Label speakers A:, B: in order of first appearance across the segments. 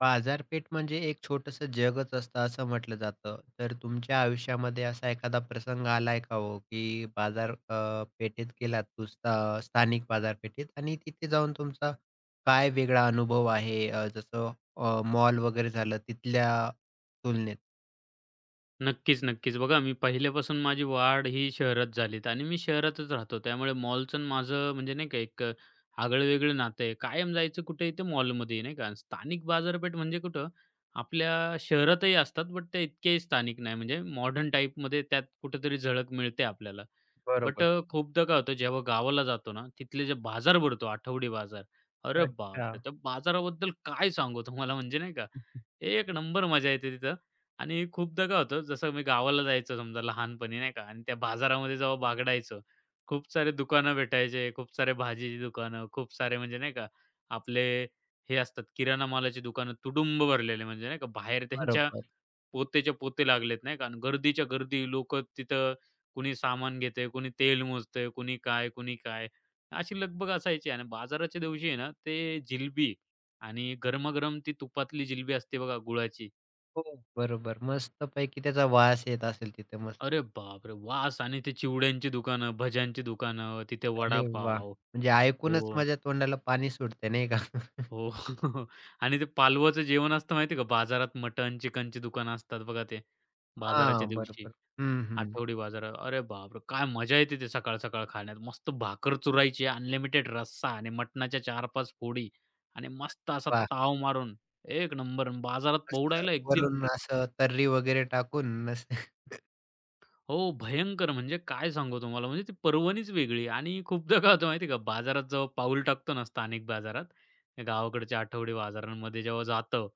A: बाजारपेठ म्हणजे एक छोटंसं जगच असतं असं म्हटलं जातं. तर तुमच्या आयुष्यामध्ये असा एखादा प्रसंग आलाय का हो, की बाजार पेठेत गेलात तू स्था स्थानिक बाजारपेठेत आणि तिथे जाऊन तुमचा काय वेगळा अनुभव आहे? जसं मॉल वगैरे झालं तिथल्या तुलनेत?
B: नक्कीच, नक्कीच. बघा मी पहिल्यापासून माझी वाढ ही शहरात झालीत आणि मी शहरातच राहतो. त्यामुळे मॉलचं आणि माझं म्हणजे नाही का एक आगळं-वेगळं नातं आहे. कायम जायचं कुठेही ते मॉलमध्ये नाही का. आणि स्थानिक बाजारपेठ म्हणजे कुठं आपल्या शहरातही असतात, बट त्या इतक्याही स्थानिक नाही. म्हणजे मॉडर्न टाईपमध्ये त्यात कुठेतरी झळक मिळते आपल्याला. बट
A: बरोबर.
B: खूपदा काय होतं जेव्हा गावाला जातो ना, तिथले जे बाजार भरतो आठवडी बाजार. अरे
A: अच्छा.
B: बापरे! त्या बाजाराबद्दल काय सांगू तुम्हाला म्हणजे नाही का. एक नंबर मजा येते तिथं आणि खूपदा काय होतं, जसं मी गावाला जायचो समजा लहानपणी नाही का आणि त्या बाजारामध्ये जेव्हा बागडायचो, खूप सारे दुकानं भेटायचे, खूप सारे भाजीची दुकानं, खूप सारे म्हणजे नाही का आपले हे असतात किराणा मालाची दुकानं तुडुंब भरलेले म्हणजे नाही का बाहेर त्यांच्या
A: बरोबर.
B: पोतेच्या पोते लागलेत नाही का आणि गर्दीच्या गर्दी लोकं तिथं कुणी सामान घेतंय, कुणी तेल मोजतंय, कुणी काय, कुणी काय. अशी लगबग असायची आणि बाजाराच्या दिवशी आहे ना ते जिलबी आणि गरमागरम ती तुपातली जिलबी असते बघा गुळाची.
A: हो, बरोबर. मस्तपैकी त्याचा वास येत असेल तिथे मस्त.
B: अरे बापरे! वास आणि ते चिवड्यांची दुकानं, भज्यांची दुकानं, तिथे
A: अरे वाह!
B: वडापाव.
A: म्हणजे ऐकूनच
B: हो,
A: माझ्या तोंडाला पाणी सुटते नाही का?
B: हो. आणि ते पालवाचं जेवण असतं माहिती का? बाजारात मटण, चिकनची दुकानं असतात बघा ते बाजाराच्या
A: हां,
B: दिवशी.
A: बरोबर. हं, हं.
B: आठवडी बाजार. अरे बापरे! काय मजा येते ते सकाळ-सकाळ खाण्यात. मस्त भाकर चुरायची, अनलिमिटेड रस्सा आणि मटणाच्या चार 5 फोडी आणि मस्त असा
A: वाह!
B: ताव मारून एक नंबर. अन् बाजारात
A: असं
B: पौडायला
A: वरून
B: एकदम
A: असं तर्री वगैरे टाकून नस
B: हो, भयंकर म्हणजे काय सांगू तुम्हाला म्हणजे ती पर्वणीच वेगळी आणि खूपदा काय होतं माहिती आहे का, बाजारात जेव्हा पाऊल टाकतो ना स्थानिक बाजारात, या गावाकडच्या आठवडी बाजारांमध्ये जेव्हा जातं,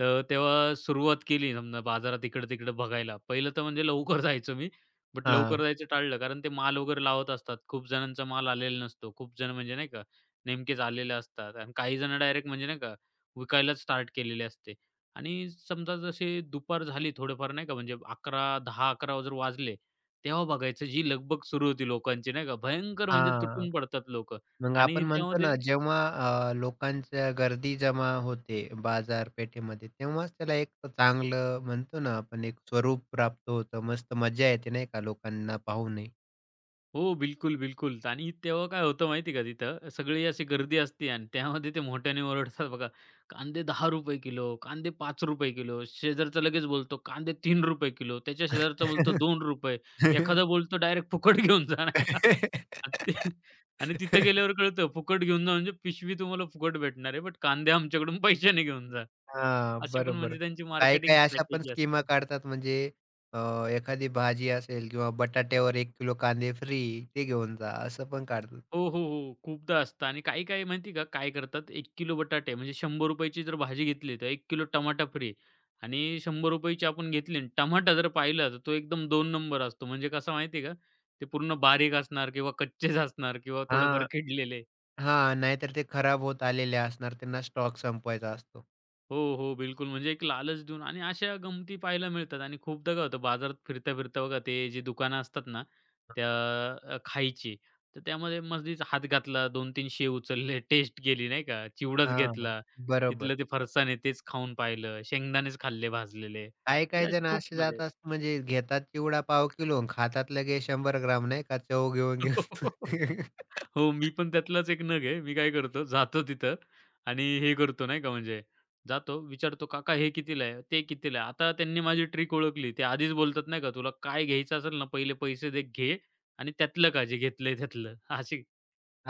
B: तर तेव्हा सुरुवात केली समजा बाजारात इकडं-तिकडं बघायला. पहिलं तर म्हणजे लवकर जायचो मी, बट
A: हां,
B: लवकर जायचं टाळलं कारण ते माल वगैरे लावत असतात. खूप जणांचा माल आलेला नसतो. खूप जण म्हणजे नाही का नेमकेच आलेले असतात आणि काही जण डायरेक्ट म्हणजे नाही का विकायलाच स्टार्ट केलेले असते. आणि समजा जसे दुपार झाली थोडेफार नाही का म्हणजे 11, 10-11 जर वाजले, तेव्हा बघायचं जी लगबग सुरू होती लोकांची नाही का. भयंकर म्हणजे
A: हां.
B: तुटून पडतात लोक
A: मग
B: आणि
A: आपण म्हणतो
B: त्यामध्ये
A: ना, जेव्हा लोकांच्या गर्दी जमा होते बाजारपेठेमध्ये, तेव्हाच त्याला एक चांगलं म्हणतो ना आपण एक स्वरूप प्राप्त होतं. मस्त मजा येते नाही का लोकांना पाहूनही.
B: हो, बिलकुल, बिलकुल. आणि तेव्हा काय होतं माहिती आहे का तिथं सगळी अशी गर्दी असते आणि त्यामध्ये ते मोठ्याने ओरडतात बघा, "कांदे ₹10 किलो, कांदे ₹5 किलो." शेजारचा लगेच बोलतो, "कांदे ₹3 किलो." त्याच्या शेजारचा बोलतो ₹2. एखादा बोलतो, "डायरेक्ट फुकट घेऊन जा." नाही का? आणि ते आणि तिथं गेल्यावर कळतं फुकट घेऊन जा म्हणजे पिशवी तुम्हाला फुकट भेटणार आहे, बट कांदे आमच्याकडून पैशाने घेऊन जा.
A: हां,
B: असे पण
A: बरोबर.
B: म्हणजे त्यांची मार्केटिंग
A: काही-काही अशा पण
B: स्ट्रॅटेजी
A: स्कीमा
B: असते.
A: काढतात म्हणजे अ, एखादी भाजी असेल किंवा बटाट्यावर 1 किलो कांदे फ्री ते घेऊन जा असं पण काढतात.
B: हो, हो, हो. खूपदा असतं आणि काही-काही माहिती का काय करतात 1 किलो बटाटे म्हणजे ₹100 ची जर भाजी घेतली तर 1 किलो टमाटा फ्री आणि ₹100 ची आपण घेतली आणि टमाटा जर पाहिला तर तो एकदम दोन नंबर असतो. म्हणजे कसं माहिती का, ते पूर्ण बारीक असणार किंवा कच्चेच असणार किंवा थोडेफार
A: हां,
B: किडलेले.
A: हां. नाहीतर ते खराब होत आलेले असणार त्यांना स्टॉक संपवायचा असतो.
B: हो, हो. बिलकुल. म्हणजे एक लालच देऊन आणि अशा गमती पाहायला मिळतात आणि खूपदा काय होतं बाजारात फिरता-फिरता बघा ते जी दुकानं असतात ना, त्या खायची, तर त्यामध्ये मधीच हात घातला, 2-3 शेव उचलले, टेस्ट गेली नाही का, चिवडाच
A: हां,
B: घेतला,
A: बरोबर.
B: तिथलं ते फरसाण तेच खाऊन पाहिलं, शेंगदाणेच खाल्ले भाजलेले. म्हणजे
A: काही-काही
B: अशी
A: जण
B: खूप
A: असे
B: मजा येते.
A: जातात म्हणजे घेतात चिवडा पाव किलो आणि खातात लगेच 100 ग्राम नाही का चव घेऊन घेऊन.
B: हो, मी पण त्यातलाच एक नग आहे. मी काय करतो, जातो तिथं आणि हे करतो नाही का म्हणजे जातो, विचारतो, "काका हे कितीला आहे? ते कितीला आहे?" आता त्यांनी माझी ट्रिक ओळखली. ते आधीच बोलतात नाही का, "तुला काय घ्यायचं असेल ना, पहिले पैसे दे, घे आणि त्यातलं का जे घेतलंय त्यातलं." अशी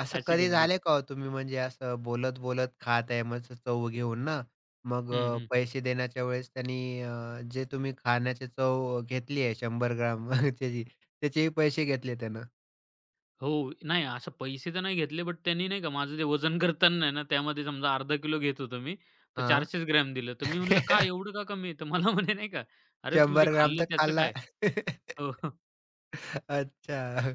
A: असं
B: अशी
A: कधी
B: गंमत.
A: झालंय का हो तुम्ही म्हणजे असं बोलत-बोलत खात आहे मग चव घेऊन ना, मग
B: हं, हं.
A: पैसे देण्याच्या वेळेस त्यांनी जे तुम्ही खाण्याची चव घेतली आहे 100 ग्राम त्याची त्याचेही पैसे घेतले त्यानं?
B: हो. नाही असं पैसे तर नाही घेतले, बट त्यांनी नाही का माझं ते वजन करताना आहे ना, त्यामध्ये समजा अर्धा किलो घेत होतो मी, तर
A: हां.
B: 400च ग्रॅम दिलं. तर मी म्हणलं, "का
A: 100
B: एवढं का कमी आहे?" तर मला म्हणे नाही का, "अरे, तू जे
A: ग्राम
B: खाल्लं
A: तर
B: त्याचं
A: खाल्ला.
B: काय?" हो, हो,
A: अच्छा.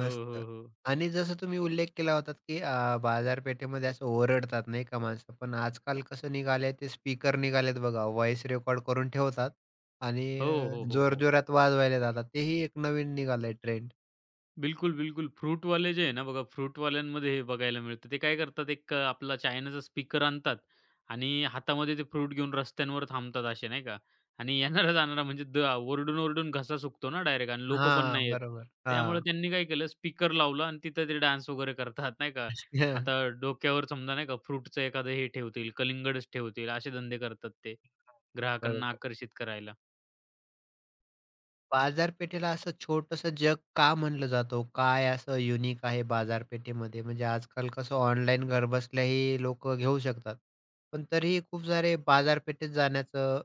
B: हो, हो.
A: आणि जसं तुम्ही उल्लेख केला होतात, की बाजारपेठेमध्ये असं ओरडतात नाही का माणसं. पण आजकाल कसं निघालंय ते स्पीकर निघालेत बघा. व्हॉईस रेकॉर्ड करून ठेवतात आणि
B: हो, हो, हो, हो.
A: जोरजोरात वाजवायला जातात. तेही एक नवीन निघालंय ट्रेंड.
B: बिलकुल, बिलकुल. फ्रूटवाले जे आहे ना बघा, फ्रूटवाल्यांमध्ये हे बघायला मिळतं. ते काय करतात, एक आपला चायनाचा स्पीकर आणतात आणि हातामध्ये ते फ्रूट घेऊन रस्त्यांवर थांबतात असे, नाही का? आणि येणारा-जाणारा म्हणजे ओरडून-ओरडून घसा सुकतो ना डायरेक्ट आणि लोकं पण
A: हां,
B: नाही येत.
A: बरोबर.
B: त्यामुळे
A: हां.
B: त्यांनी काय केलं, स्पीकर लावला आणि तिथं ते डान्स वगैरे करतात, नाही का? आता डोक्यावर समजा, नाही का, फ्रूटचं एखादं हे ठेवतील, कलिंगडच ठेवतील, असे धंदे करतात ते, ग्राहकांना
A: बरोबर.
B: आकर्षित करायला.
A: बाजारपेठेला असं छोटंसं जग का म्हणलं जातं ओ? काय असं युनिक आहे बाजारपेठेमध्ये? म्हणजे आजकाल कसं ऑनलाईन घरबसल्याही लोकं घेऊ शकतात. पण तरीही खूप सारे बाजारपेठेत जाण्याचं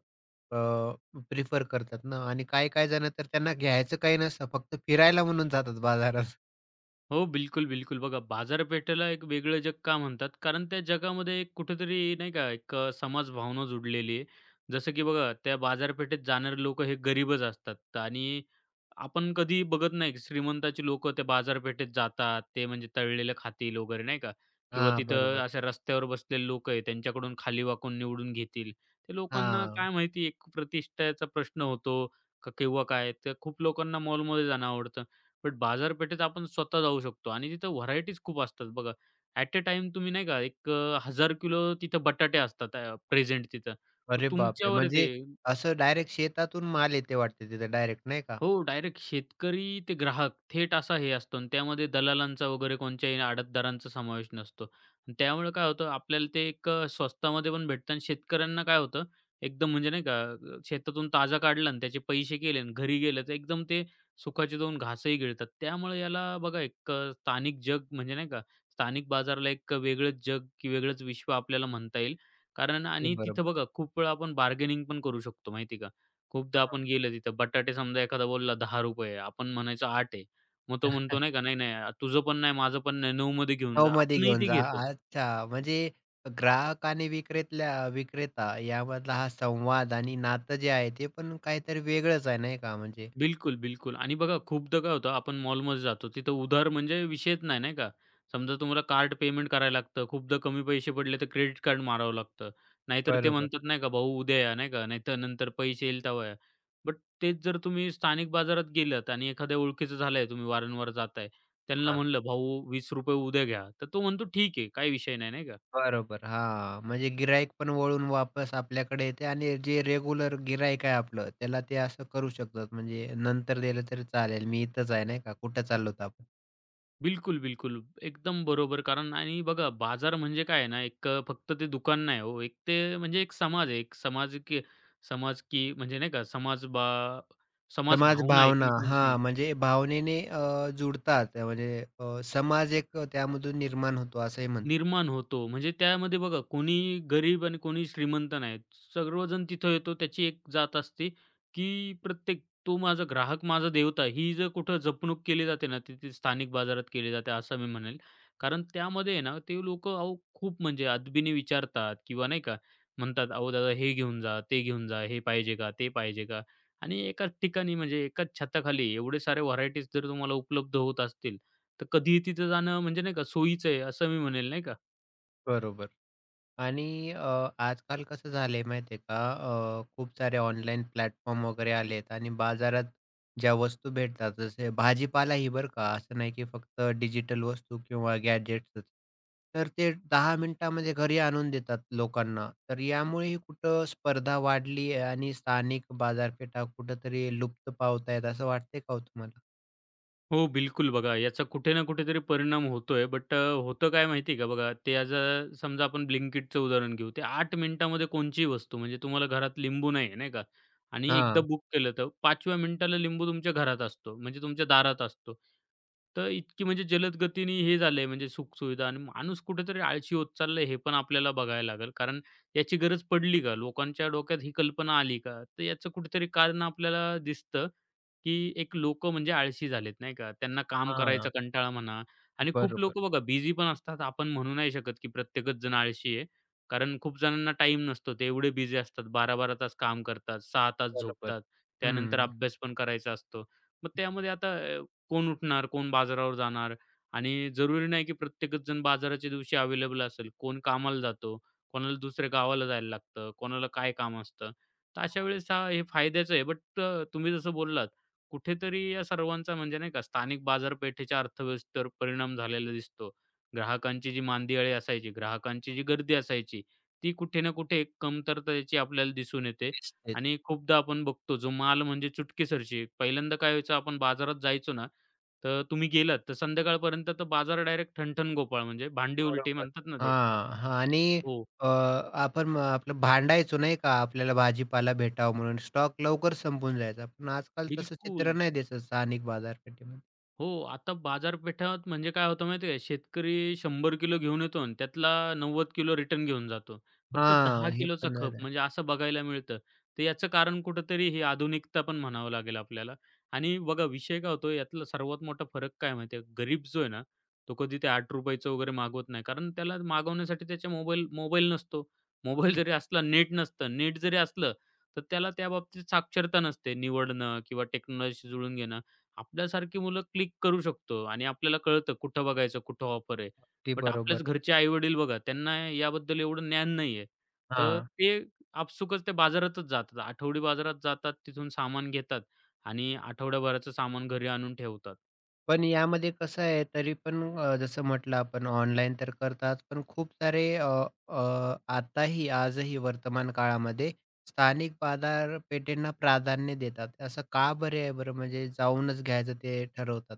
A: प्रिफर करतात ना आणि काही-काही जणं तर त्यांना घ्यायचं काही नसतं, फक्त फिरायला म्हणून जातात बाजारात.
B: हो, बिलकुल, बिलकुल. बघा बाजारपेठेला एक वेगळं जग का म्हणतात? कारण त्या जगामध्ये एक कुठेतरी नाही का एक समाजभावना जुडलेली आहे. जसं की बघा त्या बाजारपेठेत जाणारे लोकं हे गरीबच असतात आणि आपण कधी बघत नाही श्रीमंताची लोकं त्या बाजारपेठेत जातात. ते म्हणजे तळलेलं खातील वगैरे नाही का? किंवा
A: हां,
B: तिथं
A: बरोबर.
B: अशा रस्त्यावर बसलेले लोकं आहे त्यांच्याकडून खाली वाकून निवडून घेतील. त्या लोकांना
A: हां.
B: काय माहिती एक प्रतिष्ठेचा प्रश्न होतो का किंवा काय? तर खूप लोकांना मॉलमध्ये जाणं आवडतं. बट बाजारपेठेत आपण स्वतः जाऊ शकतो आणि तिथं व्हरायटीज खूप असतात बघा. ॲट अ टाईम तुम्ही नाही का एक 1000 किलो तिथं बटाटे असतात प्रेझेंट तिथं. मग
A: अरे बापरे!
B: तुमच्यावर आहे ते
A: म्हणजे असं डायरेक्ट शेतातून माल येते वाटते तिथे डायरेक्ट नाही का?
B: हो, डायरेक्ट शेतकरी ते ग्राहक थेट असा हे असतो आणि त्यामध्ये दलालांचा वगैरे कोणत्याही आडतदारांचा समावेश नसतो. आणि त्यामुळे काय होतं आपल्याला ते एक स्वस्तामध्ये पण भेटतं आणि शेतकऱ्यांना काय होतं एकदम म्हणजे नाही का शेतातून ताजा काढला आणि त्याचे पैसे केले आणि घरी गेलं तर एकदम ते सुखाचे दोन घासही गिळतात. त्यामुळे याला बघा एक स्थानिक जग म्हणजे नाही का स्थानिक बाजाराला एक वेगळंच जग की वेगळंच विश्व आपल्याला म्हणता येईल. कारण
A: ते
B: आणि तिथं
A: बरोबर.
B: बघा खूप वेळा आपण बार्गेनिंग पण करू शकतो माहिती का? खूपदा
A: हां.
B: आपण गेलो तिथं बटाटे समजा एखादा बोलला ₹10 आपण म्हणायचो 8 आहे. मग तो म्हणतो नाही का, "नाही, नाही, तुझं पण नाही, माझं पण नाही, 9 मध्ये घेऊन जा."
A: 9मध्ये
B: आपणही
A: घेऊन
B: ते
A: जा.
B: घेतो.
A: अच्छा, म्हणजे ग्राहक आणि विक्रेता यामधला हा संवाद आणि नातं जे आहे, ते पण काहीतरी वेगळंच आहे नाही का? म्हणजे
B: बिलकुल, बिलकुल. आणि बघा खूपदा काय होतं आपण मॉलमध्ये जातो तिथं उधार म्हणजे विषयच नाही, नाही का. समजा तुम्हाला कार्ड पेमेंट करायला लागतं. खूपदा कमी पैसे पडले तर क्रेडिट कार्ड मारावं लागतं. नाहीतर ते
A: बरोबर.
B: म्हणतात नाही का भाऊ उद्या या, नाही का. नाहीतर नंतर पैसे येईल तेव्हा या. बट तेच जर तुम्ही स्थानिक बाजारात गेलात आणि एखाद्या ओळखीचं झालंय, तुम्ही वारंवार जाताय. त्यांना
A: हां,
B: म्हणलं, "भाऊ ₹20 उद्या घ्या." तर तो म्हणतो, "ठीक आहे, काही विषय नाही." नाही का.
A: बरोबर. हां, म्हणजे गिराईक पण वळून वापस आपल्याकडे येते आणि जे रेग्युलर गिराईक आहे आपलं, त्याला ते असं करू शकतात. म्हणजे नंतर दिलं तरी चालेल, मी इथंच आहे नाही का? कुठं चाललो होतो आपण?
B: बिलकुल, बिलकुल. एकदम बरोबर. कारण आणि बघा बाजार म्हणजे काय आहे ना, एक फक्त ते दुकान नाही हो. एक ते म्हणजे एक समाज आहे. एक समाज म्हणजे नाही का समाज
A: समाज
B: भावना
A: भावना
B: एकमेकांशी
A: हां, म्हणजे भावनेने जुडतात. म्हणजे समाज एक त्यामधून निर्माण होतो असंही म्हणतो.
B: निर्माण होतो. म्हणजे त्यामध्ये बघा कोणी गरीब आणि कोणी श्रीमंत नाही. सर्वजण तिथं येतो. त्याची एक जात असते, की प्रत्येक तो माझा ग्राहक माझा देवता ही जर कुठं जपणूक केली जाते ना, ती स्थानिक बाजारात केली जाते असं मी म्हणेल. कारण त्यामध्ये आहे ना, ते लोकं अहो खूप म्हणजे अदबीने विचारतात किंवा नाही का म्हणतात, "अहो दादा हे घेऊन जा, ते घेऊन जा, हे पाहिजे का? ते पाहिजे का?" आणि एकाच ठिकाणी म्हणजे एकाच छताखाली एवढे सारे व्हरायटीज जर तुम्हाला उपलब्ध होत असतील, तर कधीही तिथे जाणं म्हणजे नाही का सोयीचं आहे असं मी म्हणेल नाही का.
A: बरोबर. आणि आजकाल कसं झालंय माहिती आहे का? खूप सारे ऑनलाईन प्लॅटफॉर्म वगैरे आलेत आणि बाजारात ज्या वस्तू भेटतात, जसे भाजीपालाही बरं का, असं नाही की फक्त डिजिटल वस्तू किंवा गॅजेट्सच. तर ते 10 मिनिटांमध्ये घरी आणून देतात लोकांना. तर यामुळेही कुठं स्पर्धा वाढली आहे आणि स्थानिक बाजारपेठा कुठेतरी लुप्त पावत असं वाटतंय का हो तुम्हाला?
B: हो, बिलकुल. बघा, याचा कुठे ना कुठेतरी परिणाम होतोय. बट होतं काय माहिती आहे का बघा, ते आज समजा आपण Blinkitचं उदाहरण घेऊ. ते 8 मिनिटामध्ये कोणचीही वस्तू म्हणजे तुम्हाला घरात लिंबू नाही आहे, नाही का? आणि एकदा
A: हां,
B: बुक केलं तर 5व्या मिनिटाला लिंबू तुमच्या घरात असतो, म्हणजे तुमच्या दारात असतो. तर इतकी म्हणजे जलद गतीने हे झालंय म्हणजे सुखसुविधा आणि माणूस कुठेतरी आळशी होत चाललाय हे पण आपल्याला बघायला लागेल. कारण याची गरज पडली का? लोकांच्या डोक्यात ही कल्पना आली का? तर याचं कुठेतरी कारण आपल्याला दिसतं. की एक लोकं म्हणजे आळशी झालेत, नाही का? त्यांना काम करायचा
A: हां.
B: कंटाळा म्हणा आणि खूप
A: बरोबर,
B: लोकं बघा बिझी पण असतात. आपण म्हणू नाही शकत की प्रत्येकच जण आळशी आहे. कारण खूप जणांना टाईम नसतो. ते एवढे बिझी असतात. बारा-बारा तास काम करतात, 6 तास
A: बरोबर.
B: झोपतात. त्यानंतर
A: हं.
B: अभ्यास पण करायचा असतो. मग त्यामध्ये आता अ, कोण उठणार, कोण बाजारावर जाणार आणि जरुरी नाही की प्रत्येकच जण बाजाराच्या दिवशी अवेलेबल असेल. कोण कामाला जातो, कोणाला दुसऱ्या गावाला जायला लागतं, कोणाला काय काम असतं. तर अशा वेळेस हे फायद्याचं आहे. बट तुम्ही जसं बोललात कुठेतरी या सर्वांचा म्हणजे नाही का स्थानिक बाजारपेठेच्या अर्थव्यवस्थेवर परिणाम झालेला दिसतो. ग्राहकांची जी मांदियाळी असायची, ग्राहकांची जी गर्दी असायची, ती कुठे ना कुठे एक कमतरता याची आपल्याला दिसून येते.
A: तेच.
B: आणि खूपदा आपण बघतो जो माल म्हणजे चुटकीसरशी पहिल्यांदा काय व्हायचं आपण बाजारात जायचो ना, तर तुम्ही गेलात तर संध्याकाळपर्यंत तर बाजार डायरेक्ट ठणठण गोपाळ म्हणजे भांडी उलटी
A: बरोबर.
B: म्हणतात ना ते.
A: हां, हां. आणि
B: हो,
A: अ, आपण म आपलं भांडायचो नाही का, आपल्याला भाजीपाला भेटावा म्हणून स्टॉक लवकर संपून जायचा. पण आजकाल तसं
B: बिलकुल.
A: चित्र नाही दिसत स्थानिक बाजारपेठेमध्ये.
B: हो, आता बाजारपेठात म्हणजे काय होतं माहिती आहे, शेतकरी 100 किलो घेऊन येतो आणि त्यातला 90 किलो रिटर्न घेऊन जातो. फक्त 10
A: हां, हे
B: किलोचा
A: पण
B: खप
A: झालं
B: म्हणजे असं बघायला मिळतं. तर याचं कारण कुठेतरी ही आधुनिकता पण म्हणावं लागेल आपल्याला. आणि बघा विषय काय होतो यातला सर्वात मोठा फरक काय माहिती आहे, गरीब जो आहे ना, तो कधी ते ₹8 वगैरे मागवत नाही. कारण त्याला मागवण्यासाठी त्याच्या मोबाईल मोबाईल नसतो. मोबाईल जरी असला नेट नसतं. नेट जरी असलं, तर त्याला त्या बाबतीत साक्षरता नसते. निवडणं किंवा टेक्नॉलॉजीशी जुळून घेणं. आपल्यासारखी मुलं क्लिक करू शकतो आणि आपल्याला कळतं कुठं बघायचं, कुठं ऑफर आहे.
A: ते
B: बट आपल्याच
A: बरोबर.
B: घरचे आई-वडील बघा, त्यांना याबद्दल एवढं ज्ञान नाहीये. तर
A: हां.
B: ते आपसुकच ते बाजारातच जातात. आठवडी बाजारात जातात, तिथून सामान घेतात आणि आठवड्याभराचं सामान घरी आणून ठेवतात.
A: पण यामध्ये कसं आहे तरी पण जसं म्हटलं आपण ऑनलाईन तर करतात, पण खूप सारे अ, अ, आताही आजही वर्तमान काळामध्ये स्थानिक बाजारपेठेंना प्राधान्य देतात. असं का बरे आहे बरं म्हणजे जाऊनच घ्यायचं ते ठरवतात?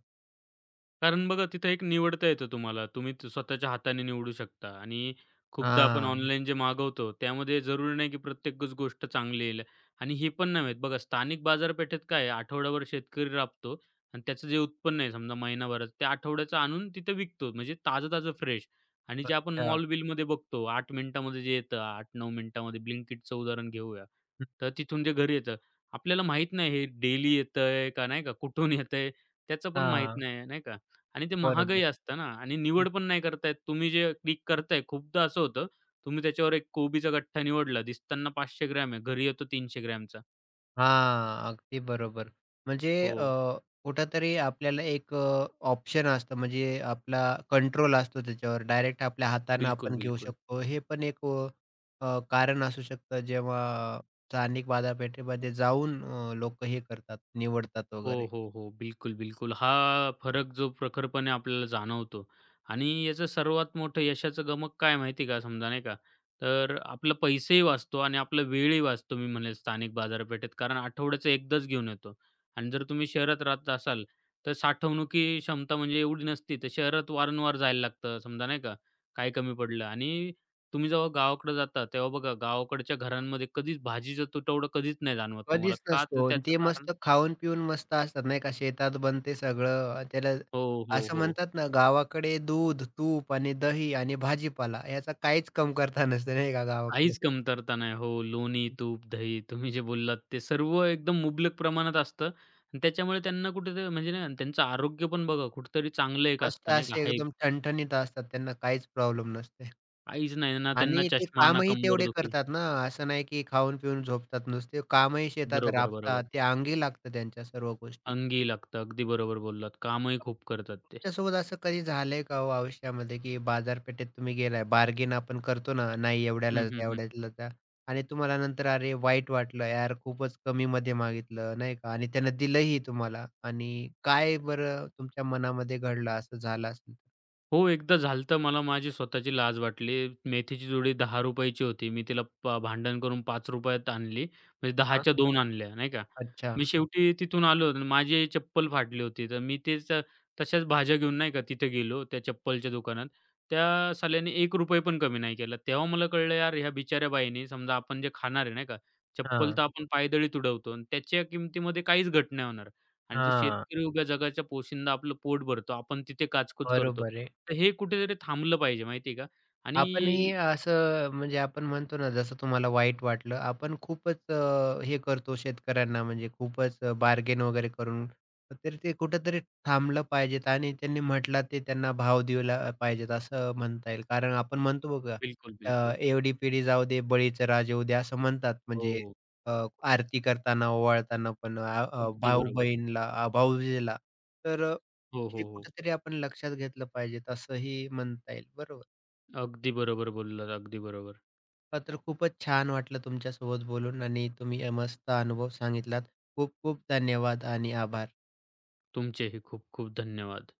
B: कारण बघा तिथं एक निवडता येतं तुम्हाला. तुम्ही स्वतःच्या हाताने निवडू शकता आणि खूपदा आपण
A: हां.
B: ऑनलाईन जे मागवतो त्यामध्ये जरुरी नाही की प्रत्येकच गोष्ट चांगली येईल आणि हे पण नव्हे बघा स्थानिक बाजारपेठेत काय आहे, आठवडाभर शेतकरी राबतो आणि त्याचं जे उत्पन्न आहे समजा महिनाभराचं ते आठवड्याचं आणून तिथे विकतो. म्हणजे ताजं-ताजं फ्रेश आणि जे आपण
A: अच्छा.
B: मॉल बिलमध्ये बघतो 8 मिनिटामध्ये जे येतं 8-9 मिनिटामध्ये Blinkitचं उदाहरण घेऊया.
A: हं,
B: तर तिथून जे घरी येतं आपल्याला माहीत नाही हे डेली येतंय का नाही का कुठून येतंय त्याचं पण माहीत
A: हां.
B: नाही, नाही का? आणि ते महागही
A: बरोबर.
B: असतं ना आणि
A: हं.
B: निवड पण नाही करतायत. तुम्ही जे क्लिक करताय खूपदा असं होतं, तुम्ही त्याच्यावर एक कोबीचा गठ्ठा निवडला, दिसताना 500 ग्रॅम आहे, घरी येतो 300 ग्रॅमचा.
A: हां. अगदी बरोबर. म्हणजे अ,
B: हो,
A: कुठेतरी आपल्याला एक ऑप्शन असतं म्हणजे आपला कंट्रोल असतो त्याच्यावर. डायरेक्ट आपल्या हातानं
B: बिलकुल,
A: आपण घेऊ
B: बिलकुल.
A: शकतो. हे पण एक अ, अ, कारण असू शकतं जेव्हा स्थानिक बाजारपेठेमध्ये जाऊन लोकं हे करतात, निवडतात
B: हो,
A: वगैरे.
B: हो, हो. बिलकुल, बिलकुल. हा फरक जो प्रखरपणे आपल्याला जाणवतो आणि याचं सर्वात मोठं यशाचं गमक काय माहिती का समजा नाही का, तर आपला पैसेही वाचतो आणि आपला वेळही वाचतो मी म्हणेल स्थानिक बाजारपेठेत. कारण आठवड्याचं एकदाच घेऊन येतो आणि जर तुम्ही शहरात राहत असाल, तर साठवणुकी क्षमता म्हणजे एवढी नसती, तर शहरात वारंवार जायला लागतं समजा नाही का, काय कमी पडलं आणि तुम्ही जेव्हा गावाकडे जाता, तेव्हा बघा गावाकडच्या घरांमध्ये कधीच भाजीचा तुटवडा कधीच नाही जाणवत तुम्हाला.
A: कधीच
B: का? तर
A: नसतो आणि
B: त्याचं
A: ते
B: कारण
A: मस्त खाऊन-पिऊन मस्त असतात नाही का, शेतात बनते सगळं. आणि त्याला
B: हो, हो,
A: असं
B: हो.
A: म्हणतात ना, गावाकडे दूध, तूप आणि दही आणि भाजीपाला याचा काहीच कमतरता नसते नाही का गावाकडे.
B: काहीच कमतरता नाही. हो, लोणी, तूप, दही तुम्ही जे बोललात ते सर्व एकदम मुबलक प्रमाणात असतं आणि त्याच्यामुळे त्यांना कुठेतरी म्हणजे नाही का, त्यांचं आरोग्य पण बघा कुठेतरी चांगलं एक
A: मस्त
B: असतं नाही का?
A: असे एकदम ठणठणीत असतात, त्यांना काहीच प्रॉब्लेम नसते.
B: काहीच नाही ना त्यांना
A: आणि ते
B: चष्मा ना
A: कामही तेवढे
B: कंबरदुखी.
A: करतात ना, असं नाही की खाऊन-पिऊन झोपतात नुसते. कामही शेतात
B: बरोबर, बरोबर.
A: राबतात, ते अंगी लागतं त्यांच्या सर्व गोष्टी.
B: अंगी लागतं. अगदी बरोबर बोललात. कामही खूप करतात ते.
A: तुमच्यासोबत असं कधी झालंय का हो आयुष्यामध्ये, की बाजारपेठेत तुम्ही गेलाय, बार्गेन आपण करतो ना, नाही
B: हं,
A: एवढ्यालाच
B: हं,
A: द्या,
B: हं.
A: एवढ्यालाच द्या आणि तुम्हाला नंतर अरे वाईट वाटलं, यार खूपच कमीमध्ये मागितलं, नाही का? आणि त्यानं दिलंही तुम्हाला आणि काय बरं तुमच्या मनामध्ये घडलं, असं झालं असेल तर?
B: हो, एकदा झालं मला माझी स्वतःची लाज वाटली. मेथीची जोडी 10 ची होती. मी तिला भांडण करून ₹5 त आणली. म्हणजे
A: हां.
B: 10च्या 2 आणल्या, नाही का.
A: अच्छा.
B: मी शेवटी तिथून आलो आणि माझी चप्पल फाटली होती. तर मी तेच तशाच भाज्या घेऊन नाही का तिथे गेलो त्या चप्पलच्या दुकानात. त्या साल्याने ₹1 पण कमी नाही केला. तेव्हा मला कळलं यार ह्या बिचाऱ्या बाईने समजा आपण जे खाणार आहे, नाही का, चप्पल
A: हां,
B: तर आपण पायदळी तुडवतो आणि त्याच्या किमतीमध्ये काहीच घट नाही होणार. आणि जो
A: हां.
B: शेतकरी उभ्या जगाच्या पोशिंदा आपलं पोट भरतो, आपण तिथे काचकूच करतो.
A: बरोबर आहे.
B: तर हे कुठेतरी थांबलं पाहिजे माहिती आहे का? आणि
A: आपणही असं म्हणजे आपण म्हणतो ना, जसं तुम्हाला वाईट वाटलं, आपण खूपच हे करतो शेतकऱ्यांना म्हणजे खूपच बार्गेन वगैरे करून, तर ते कुठेतरी थांबलं पाहिजेत आणि त्यांनी म्हटलं ते त्यांना भाव दिला पाहिजेत असं म्हणता येईल. कारण आपण म्हणतो बघा
B: बिलकुल, बिलकुल.
A: "एवढी पिढी जाऊ दे, बळीचं राज येऊ दे" असं म्हणतात. म्हणजे
B: हो,
A: अ, आरती करताना, ओवाळताना पण अ, अ,
B: अगदी बरोबर.
A: भाऊ-बहीणला, भाऊजेला. तर
B: हो,
A: हे
B: हो, हो.
A: कुठेतरी आपण लक्षात घेतलं पाहिजे असंही म्हणता येईल. बरोबर.
B: अगदी बरोबर बोललात, अगदी बरोबर.
A: मला तर खूपच छान वाटलं तुमच्यासोबत बोलून आणि तुम्ही मस्त अनुभव सांगितलात. खूप खूप धन्यवाद आणि आभार.
B: तुमचेही खूप खूप धन्यवाद.